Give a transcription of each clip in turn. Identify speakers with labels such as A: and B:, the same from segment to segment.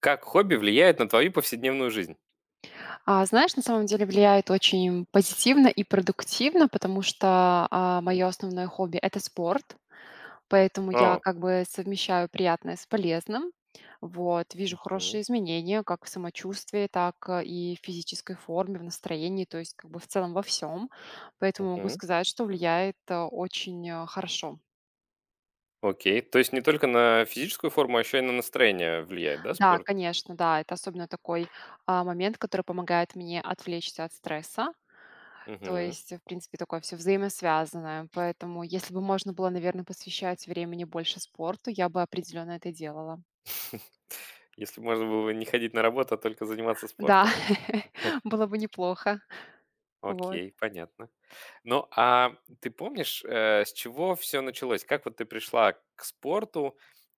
A: Как хобби влияет на твою повседневную жизнь?
B: Знаешь, на самом деле влияет очень позитивно и продуктивно, потому что,
A: Мгм.
B: мое основное хобби - это спорт, поэтому я
A: А,
B: как бы совмещаю приятное с полезным. Вот, вижу
A: мгм,
B: хорошие изменения как в самочувствии, так, и в физической форме, в настроении, то есть как бы в целом во всем. Поэтому могу
A: мгм.
B: сказать, что влияет, очень, хорошо.
A: Окей. То есть не только на физическую форму, а еще и на настроение влияет, да,
B: Да,
A: спорт?
B: конечно, да. Это особенно такой, момент, который помогает мне отвлечься от стресса. То
A: Мгм.
B: есть, в принципе, такое все взаимосвязанное. Поэтому, если бы можно было, наверное, посвящать времени больше спорту, я бы определенно это делала.
A: Если можно было не ходить на работу, а только заниматься
B: Да,
A: спортом.
B: было бы неплохо. Вот
A: Окей, понятно. Ну, а ты помнишь, с чего все началось? Как вот ты пришла к спорту?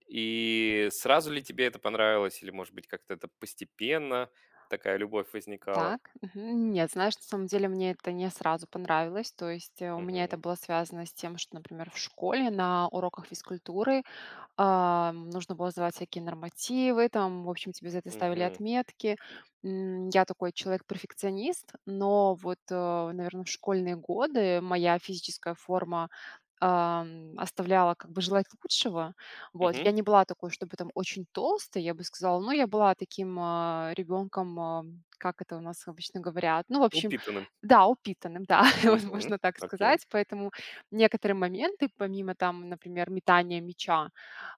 A: И сразу ли тебе это понравилось? Или, может быть, как-то это постепенно такая любовь возникала?
B: так. Мгм. Нет, знаешь, на самом деле мне это не сразу понравилось. То есть, у меня это
A: Мгм,
B: было связано с тем, что, например, в школе на уроках физкультуры нужно было сдавать всякие нормативы, там, в общем, тебе за это ставили
A: мгм,
B: отметки. Я такой человек-перфекционист, но вот, наверное, в школьные годы моя физическая форма, оставляла как бы желать лучшего. Вот,
A: мгм.
B: я не была такой, чтобы там очень толстой, я бы сказала, но я была таким, ребенком, как это у нас обычно говорят, ну, в общем,
A: Упитанным.
B: да, упитанным, да, вот
A: Мгм.
B: можно так
A: Окей.
B: сказать. Поэтому некоторые моменты, помимо там, например, метания мяча,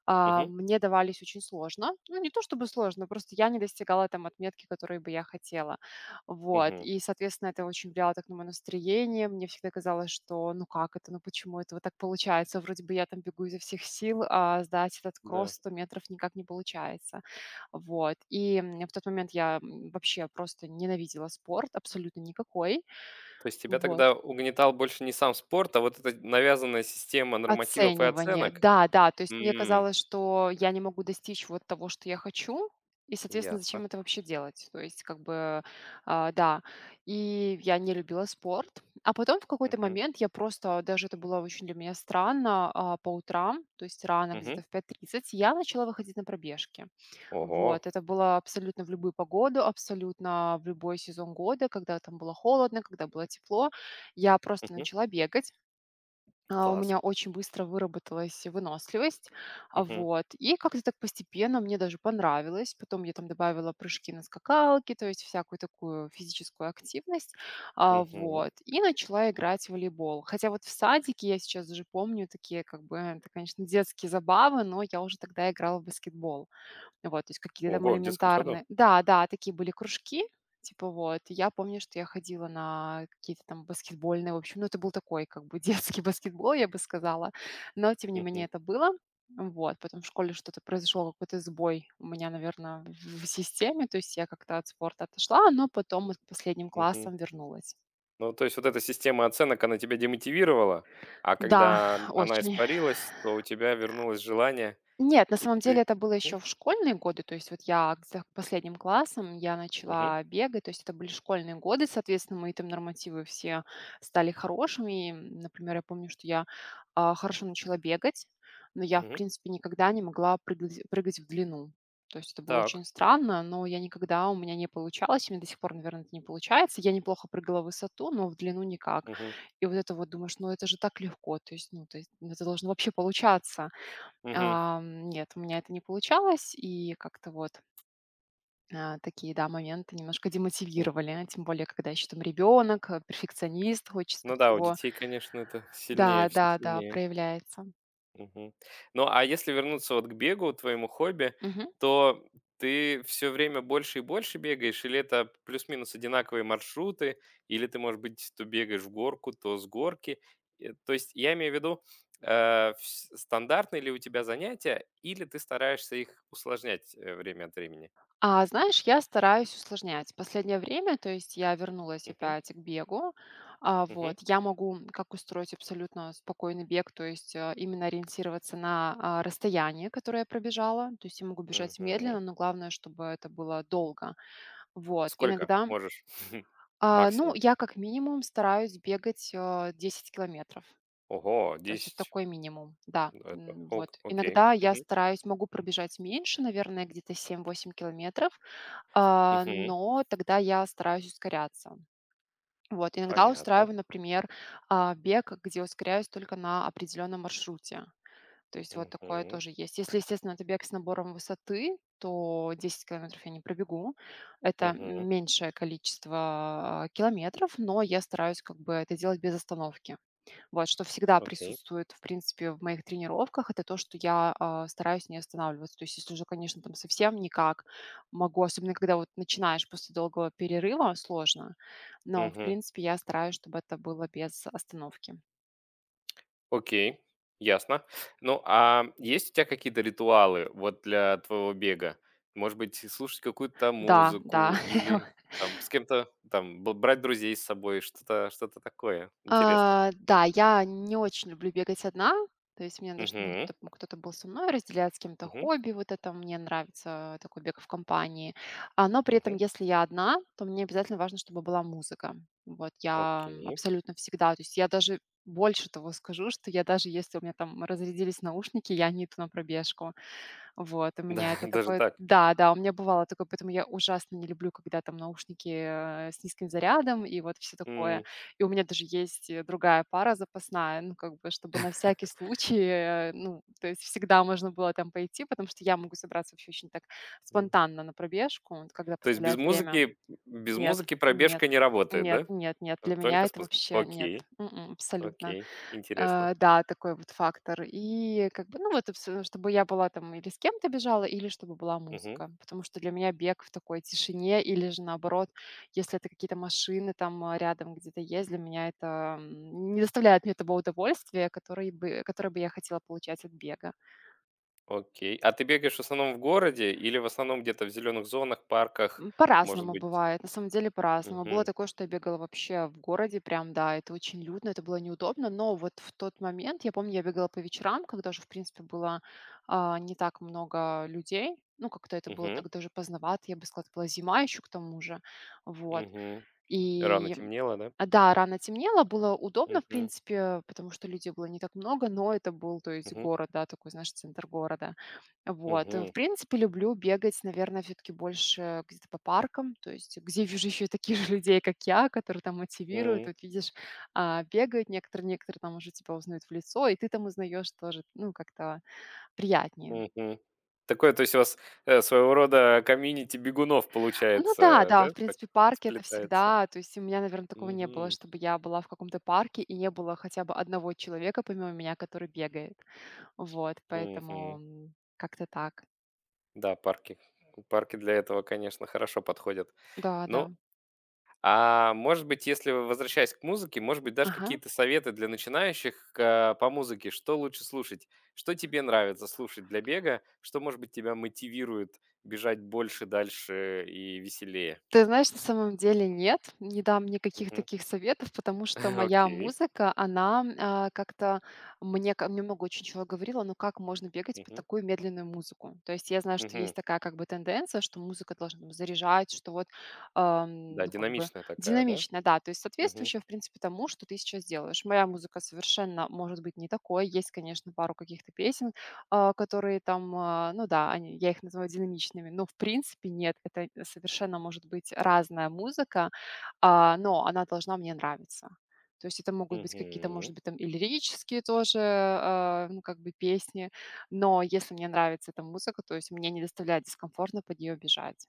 A: Мгм.
B: мне давались очень сложно. Ну, не то чтобы сложно, просто я не достигала там отметки, которые бы я хотела. Вот.
A: Мгм.
B: И, соответственно, это очень влияло так на мое настроение. Мне всегда казалось, что ну как это, ну почему это вот так получается? Вроде бы я там бегу изо всех сил, а сдать этот кросс
A: Да.
B: 100 метров никак не получается. Вот. И в тот момент я вообще просто ненавидела спорт, абсолютно никакой.
A: То есть тебя
B: Вот.
A: тогда угнетал больше не сам спорт, а вот эта навязанная система нормативов и
B: Оценивание.
A: оценок?
B: Да, да. То есть мне
A: М,
B: казалось, что я не могу достичь вот того, что я хочу, и, соответственно,
A: ясно.
B: зачем это вообще делать? То есть, как бы, да. И я не любила спорт. А потом в какой-то
A: Мгм.
B: момент я просто, даже это было очень для меня странно, по утрам, то есть рано,
A: Мгм.
B: где-то в 5:30, я начала выходить на пробежки.
A: Ого.
B: Вот. Это было абсолютно в любую погоду, абсолютно в любой сезон года, когда там было холодно, когда было тепло. Я просто
A: Мгм.
B: начала бегать. У
A: Класс.
B: меня очень быстро выработалась выносливость. А,
A: Мгм.
B: вот. И как-то так постепенно мне даже понравилось. Потом я там добавила прыжки на скакалке, то есть всякую такую физическую активность. А,
A: Мгм.
B: вот. И начала играть в волейбол. Хотя вот в садике я сейчас уже помню такие, как бы, это, конечно, детские забавы, но я уже тогда играла в баскетбол. Вот, то есть какие-то там
A: Ого, в детском саду?
B: элементарные. Да, да, такие были кружки, типа, вот. И я помню, что я ходила на какие-то там баскетбольные, в общем, ну, это был такой как бы детский баскетбол, я бы сказала, но тем не менее
A: Мгм.
B: это было. Вот, потом в школе что-то произошло, какой-то сбой у меня, наверное, в системе, то есть я как-то от спорта отошла, но потом вот к последним
A: Мгм.
B: классам вернулась.
A: Ну, то есть вот эта система оценок, она тебя демотивировала, а
B: Да,
A: когда она
B: очень.
A: испарилась, то у тебя вернулось желание,
B: Нет, на
A: и
B: самом деле
A: ты…
B: это было
A: Мгм.
B: еще в школьные годы. То есть вот я к за последним классом я
A: Мгм.
B: начала бегать. То есть это были школьные годы, соответственно, мои там нормативы все стали хорошими. Например, я помню, что я, хорошо начала бегать, но я, в
A: Мгм.
B: принципе, никогда не могла прыгать в длину. То есть это было
A: Так.
B: очень странно, но я никогда у меня не получалось, и у до сих пор, наверное, это не получается. Я неплохо прыгала в высоту, но в длину никак.
A: Мгм.
B: И вот это вот думаешь: "Ну, это же так легко". То есть ну, это должно вообще получаться. Нет, у меня это не получалось, и как-то вот, такие, да, моменты немножко демотивировали. Тем более, когда еще там ребенок, перфекционист, хочется
A: Ну да, у
B: всего.
A: детей, конечно, это сильнее,
B: Да,
A: все
B: да, да,
A: сильнее.
B: проявляется.
A: Мгм. Ну, а если вернуться вот к бегу, твоему хобби,
B: Мгм.
A: то ты все время больше и больше бегаешь, или это плюс-минус одинаковые маршруты, или ты, может быть, то бегаешь в горку, то с горки? То есть я имею в виду, э, вс стандартные ли у тебя занятия, или ты стараешься их усложнять, время от времени?
B: А знаешь, я стараюсь усложнять. Последнее время, то есть я вернулась
A: Мгм,
B: опять к бегу. А,
A: мгм,
B: вот, я могу как устроить абсолютно спокойный бег, то есть, именно ориентироваться на, расстояние, которое я пробежала. То есть я могу бежать
A: мгм.
B: медленно, но главное, чтобы это было долго. Вот,
A: Сколько
B: иногда.
A: можешь
B: Ну,
A: максимум?
B: я как минимум стараюсь бегать, 10 километров.
A: Ого,
B: То есть это
A: 10.
B: такой минимум, да.
A: Это
B: Вот.
A: окей.
B: Иногда я
A: Мгм.
B: стараюсь, могу пробежать меньше, наверное, где-то 7-8 километров,
A: Мгм.
B: но тогда я стараюсь ускоряться. Вот, иногда
A: Понятно.
B: устраиваю, например, бег, где ускоряюсь только на определенном маршруте. То есть вот такое
A: Мгм.
B: тоже есть. Если, естественно, это бег с набором высоты, то 10 километров я не пробегу. Это
A: Мгм.
B: меньшее количество километров, но я стараюсь как бы это делать без остановки. Вот, что всегда
A: Окей.
B: присутствует, в принципе, в моих тренировках, это то, что я стараюсь не останавливаться. То есть если уже, конечно, там совсем никак могу, особенно когда вот начинаешь после долгого перерыва, сложно, но, в
A: Мгм.
B: принципе, я стараюсь, чтобы это было без остановки.
A: Окей. Ясно. Ну, а есть у тебя какие-то ритуалы вот для твоего бега? Может быть, слушать какую-то
B: Да, да,
A: музыку или там с кем-то там б брать друзей с собой, что-то такое? Интересно.
B: Да, я не очень люблю бегать одна. То есть мне надо, чтобы
A: Мгм.
B: кто-то был со мной, разделять с кем-то
A: Мгм.
B: хобби. Вот это мне нравится, такой бег в компании. Но при этом,
A: Мгм.
B: если я одна, то мне обязательно важно, чтобы была музыка. Вот я
A: Окей.
B: абсолютно всегда, то есть я даже больше того скажу, что я даже если у меня там разрядились наушники, я не иду на пробежку. Вот, у
A: Да,
B: меня это
A: даже
B: такое
A: так.
B: да-да, у меня бывало такое, поэтому я ужасно не люблю, когда там наушники, с низким зарядом и вот все такое.
A: М.
B: И у меня даже есть, другая пара запасная, ну, как бы, чтобы на всякий случай, ну, то есть всегда можно было там пойти, потому что я могу собраться вообще очень так спонтанно на пробежку, вот когда
A: То есть без
B: позволяет время.
A: музыки без
B: Нет,
A: музыки
B: нет,
A: пробежка не работает,
B: нет,
A: да?
B: нет, нет,
A: Т
B: для меня
A: только с
B: это
A: музыкой.
B: вообще нет,
A: Окей,
B: абсолютно.
A: окей, интересно.
B: Да, такой вот фактор. И как бы, ну, вот, абсо чтобы я была там или с кем-то бежала, или чтобы была
A: Мгм.
B: музыка. Потому что для меня бег в такой тишине или же, наоборот, если это какие-то машины там, рядом где-то есть, для меня это, не доставляет мне того удовольствия, который бы которое бы я хотела получать от бега.
A: Окей. А ты бегаешь в основном в городе или в основном где-то в зеленых зонах, парках, может
B: По-разному
A: быть?
B: бывает, на самом деле по-разному. Было
A: Мгм,
B: такое, что я бегала вообще в городе, прям, да, это очень людно, это было неудобно, но вот в тот момент, я помню, я бегала по вечерам, когда уже, в принципе, было не так много людей, ну, как-то это было
A: мгм,
B: так даже поздновато, я бы сказала, это была зима еще к тому же, вот.
A: мгм. Рано
B: И,
A: темнело, да?
B: да, рано темнело, было удобно, в
A: Мгм,
B: принципе, потому что людей было не так много, но это был, то есть,
A: мгм,
B: город, да, такой, знаешь, центр города. Вот.
A: мгм,
B: В принципе, люблю бегать, наверное, все-таки больше где-то по паркам, то есть где вижу еще таких же людей, как я, которые там мотивируют.
A: м,
B: Вот видишь, бегают некоторые, некоторые там уже тебя узнают в лицо, и ты там узнаешь тоже, ну, как-то приятнее.
A: мгм. Такое, то есть у вас, своего рода комьюнити бегунов
B: Ну да,
A: получается,
B: да,
A: да,
B: в
A: так
B: принципе, парки - это
A: сплетается?
B: всегда то есть у меня, наверное, такого не было,
A: Мгм,
B: чтобы я была в каком-то парке и не было хотя бы одного человека помимо меня, который бегает. Вот, поэтому,
A: мгм.
B: как-то так.
A: Да, парки. Парки для этого, конечно, хорошо подходят.
B: Да,
A: Ну,
B: да.
A: а может быть, если возвращаясь к музыке, может быть, дашь
B: Ага.
A: какие-то советы для начинающих по музыке, что лучше слушать? Что тебе нравится слушать для бега? Что, может быть, тебя мотивирует бежать больше, дальше и веселее?
B: Ты знаешь, на самом деле нет, не дам никаких
A: Мгм.
B: таких советов, потому что моя
A: Окей.
B: музыка, она как-то мне, ко- мне много очень чего говорила, но как можно бегать под
A: Мгм.
B: такую медленную музыку? То есть я знаю, что
A: Мгм.
B: есть такая как бы тенденция, что музыка должна там заряжать, что вот
A: Да,
B: ну, как бы
A: динамичная такая, да?
B: динамично, да, то есть
A: Мгм.
B: соответствующая, в принципе, тому, что ты сейчас делаешь. Моя музыка совершенно может быть не такой. Есть, конечно, пару каких-то песен, которые там, ну да, они, я их называю динамичными, но в принципе нет, это совершенно может быть разная музыка, но она должна мне нравиться. То есть это могут быть какие-то,
A: Мгм.
B: может быть, там и лирические тоже, ну, как бы песни, но если мне нравится эта музыка, то есть мне не доставляет дискомфортно под нее бежать.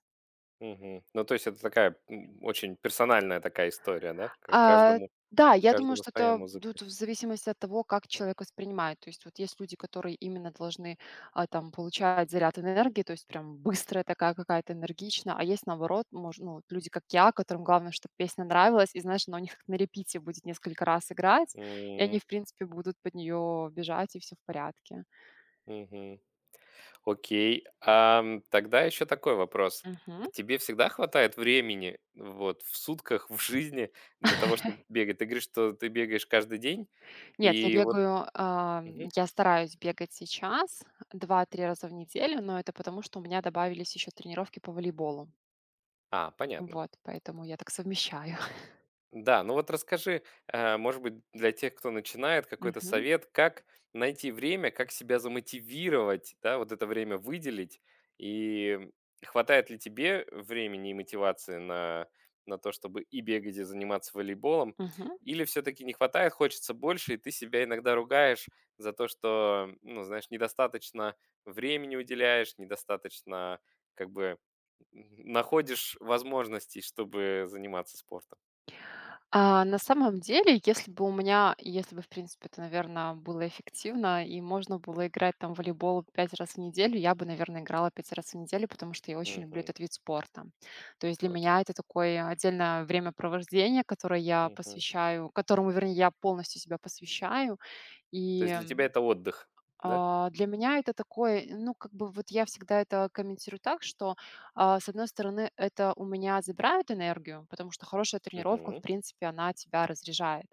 A: Мгм. Ну, то есть это такая очень персональная такая история, да? К
B: А,
A: каждому,
B: да, я думаю,
A: каждому
B: что
A: своя
B: это
A: музыка.
B: тут в зависимости от того, как человек воспринимает. То есть вот есть люди, которые именно должны там получать заряд энергии, то есть прям быстрая такая какая-то энергичная, а есть наоборот, мож- ну, вот люди, как я, которым главное, чтобы песня нравилась, и знаешь, она у них как на репите будет несколько раз играть, и
A: Мгм.
B: они, в принципе, будут под нее бежать, и все в порядке.
A: Мгм. Окей. Тогда еще такой вопрос.
B: Мгм.
A: Тебе всегда хватает времени вот в сутках, в жизни для того, чтобы бегать? Ты говоришь, что ты бегаешь каждый день,
B: Нет, я
A: и вот…
B: бегаю,
A: Мгм.
B: я стараюсь бегать сейчас 2-3 раза в неделю, но это потому, что у меня добавились еще тренировки по волейболу.
A: А, понятно.
B: Вот, поэтому я так совмещаю.
A: Да, ну вот расскажи, может быть, для тех, кто начинает, какой-то
B: Мгм.
A: совет, как найти время, как себя замотивировать, да, вот это время выделить, и хватает ли тебе времени и мотивации на то, чтобы и бегать, и заниматься волейболом,
B: Мгм.
A: или все-таки не хватает, хочется больше, и ты себя иногда ругаешь за то, что, ну, знаешь, недостаточно времени уделяешь, недостаточно, как бы, находишь возможностей, чтобы заниматься спортом.
B: На самом деле, если бы у меня, если бы, в принципе, это, наверное, было эффективно и можно было играть там в волейбол 5 раз в неделю, я бы, наверное, играла 5 раз в неделю, потому что я очень люблю этот вид спорта. То есть для
A: Окей.
B: меня это такое отдельное времяпровождение, которое я
A: Мгм.
B: посвящаю, которому, вернее, я полностью себя посвящаю.
A: То
B: И,
A: есть для тебя это отдых, да?
B: Для меня это такое, ну, как бы вот я всегда это комментирую так, что, с одной стороны, это у меня забирает энергию, потому что хорошая тренировка, в
A: Мгм.
B: принципе, она тебя разряжает.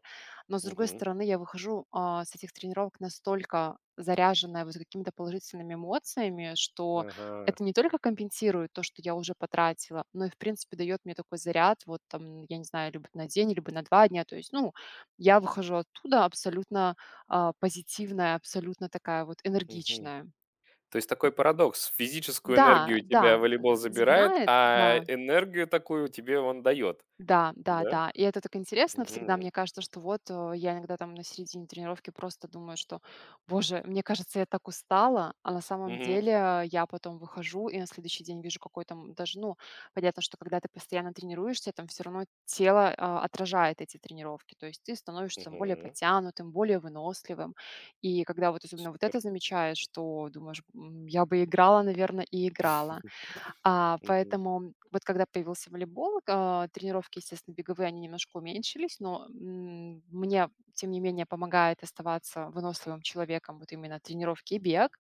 B: Но, с другой
A: Мгм.
B: стороны, я выхожу с этих тренировок настолько заряженная вот какими-то положительными эмоциями, что
A: Ага.
B: это не только компенсирует то, что я уже потратила, но и, в принципе, дает мне такой заряд, вот там, я не знаю, либо на день, либо на 2 дня. То есть, ну, я выхожу оттуда абсолютно позитивная, абсолютно такая вот
A: Мгм.
B: энергичная.
A: То есть такой
B: Мгм.
A: парадокс. Физическую энергию
B: Да,
A: у тебя
B: да, н
A: волейбол забирает,
B: забирает,
A: а
B: да.
A: энергию такую тебе он дает,
B: Да, да,
A: да?
B: да. И это так интересно всегда.
A: Мгм.
B: Мне кажется, что вот я иногда там на середине тренировки просто думаю, что, боже, мне кажется, я так устала, а на самом
A: Мгм.
B: деле я потом выхожу и на следующий день вижу какой там даже, ну, понятно, что когда ты постоянно тренируешься, там все равно тело отражает эти тренировки, то есть ты становишься там более
A: Мгм.
B: подтянутым, более выносливым. И когда вот особенно вот
A: Супер.
B: это замечаешь, что думаешь: «М, я бы играла, наверное, и играла».
A: Мгм.
B: Поэтому вот когда появился волейбол, тренировки, естественно, беговые, они немножко уменьшились, но мне, тем не менее, помогает оставаться выносливым человеком вот именно тренировки и бег.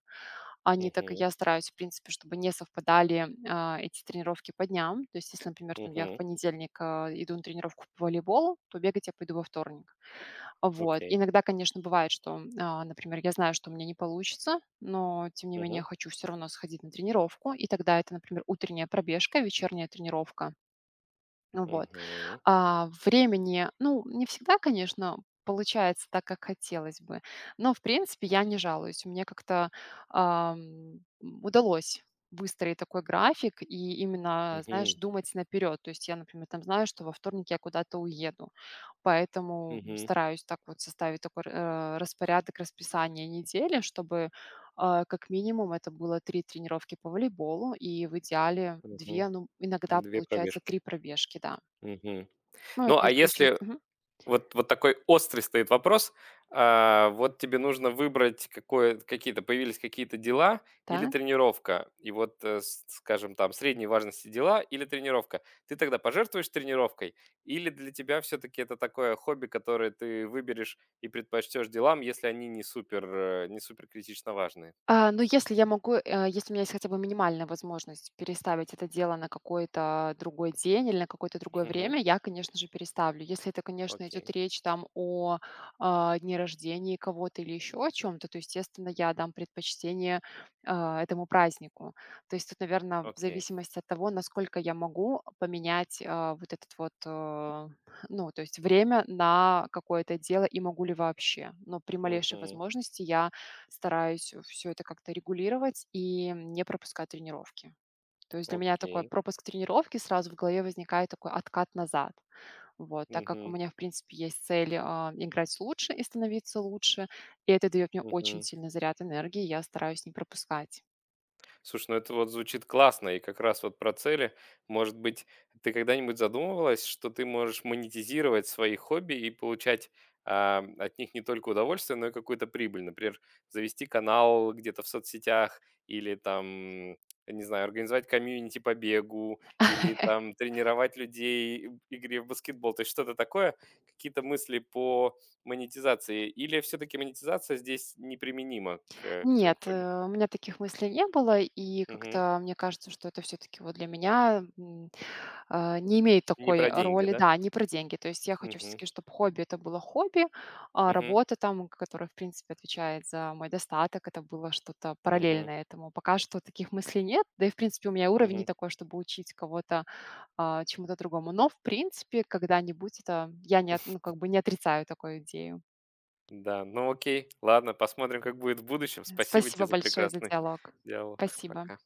B: Они так и
A: Мгм.
B: я стараюсь, в принципе, чтобы не совпадали эти тренировки по дням. То есть, если, например, там, я в
A: Мгм.
B: понедельник иду на тренировку по волейболу, то бегать я пойду во вторник. Вот.
A: Окей.
B: Иногда, конечно, бывает, что, а, например, я знаю, что у меня не получится, но тем не
A: Мгм.
B: менее хочу все равно сходить на тренировку, и тогда это, например, утренняя пробежка, вечерняя тренировка. Ну вот.
A: Мгм.
B: Времени, ну, не всегда, конечно, получается так, как хотелось бы, но, в принципе, я не жалуюсь. Мне как-то удалось выстроить такой график и именно, знаешь,
A: Мгм.
B: думать наперёд. То есть я, например, там знаю, что во вторник я куда-то уеду. Поэтому
A: Мгм.
B: стараюсь так вот составить такой распорядок, расписание недели, чтобы как минимум это было 3 тренировки по волейболу и в идеале
A: Мгм.
B: 2. Ну, иногда
A: 2
B: получается 3
A: пробежки.
B: пробежки, да.
A: Мгм.
B: Ну,
A: Ну,
B: это
A: а
B: если
A: если…
B: учесть мгм.
A: Вот такой острый стоит вопрос. Вот тебе нужно выбрать какое какие-то появились какие-то дела или
B: Так.
A: тренировка. И вот, э, с скажем, там средней важности дела или тренировка. Ты тогда пожертвуешь тренировкой или для тебя все таки это такое хобби, которое ты выберешь и предпочтешь делам, если они не супер, не супер критично важные?
B: Ну, если я могу, э, если у меня есть хотя бы минимальная возможность переставить это дело на какой-то другой день или на какое-то другое
A: Мгм.
B: время, я, конечно же, переставлю. Если это, конечно, идет
A: Окей,
B: речь там о дне рождения кого-то или еще о чем-то, то, естественно, я дам предпочтение этому празднику. То есть тут, наверное, в
A: окей.
B: зависимости от того, насколько я могу поменять вот этот вот, ну, то есть время на какое-то дело и могу ли вообще. Но при малейшей
A: Мгм.
B: возможности я стараюсь все это как-то регулировать и не пропускать тренировки. То есть для меня такой
A: Окей.
B: пропуск тренировки, сразу в голове возникает такой откат назад. Вот, так как у
A: Мгм.
B: меня, в принципе, есть цель, играть лучше и становиться лучше, и это дает мне очень
A: Мгм.
B: сильный заряд энергии, я стараюсь не пропускать.
A: Слушай, ну это вот звучит классно, и как раз вот про цели. Может быть, ты когда-нибудь задумывалась, что ты можешь монетизировать свои хобби и получать от них не только удовольствие, но и какую-то прибыль. Например, завести канал где-то в соцсетях или там, я не знаю, организовать комьюнити по бегу или там тренировать людей в игре в баскетбол. То есть что-то такое, какие-то мысли по монетизации. Или все-таки монетизация здесь неприменима к твоим
B: Нет,
A: хобби?
B: э, у меня таких мыслей не было, и как-то мне кажется, что это все-таки вот для меня не имеет
A: Не
B: такой
A: про деньги,
B: роли,
A: да?
B: да, не про деньги. То есть я хочу
A: Мгм.
B: все-таки, чтобы хобби это было хобби, а
A: Мгм.
B: работа там, которая, в принципе, отвечает за мой достаток, это было что-то
A: Мгм.
B: параллельное этому. Пока что таких мыслей нет, да и, в принципе, у меня уровень не
A: Мгм.
B: такой, чтобы учить кого-то чему-то другому. Но, в принципе, когда-нибудь это я не, от- ну, как бы не отрицаю такую идею.
A: Да, ну окей. Ладно, посмотрим, как будет в будущем. Спасибо тебе
B: Спасибо
A: за
B: большое за
A: прекрасный
B: диалог.
A: диалог.
B: Спасибо.
A: Пока.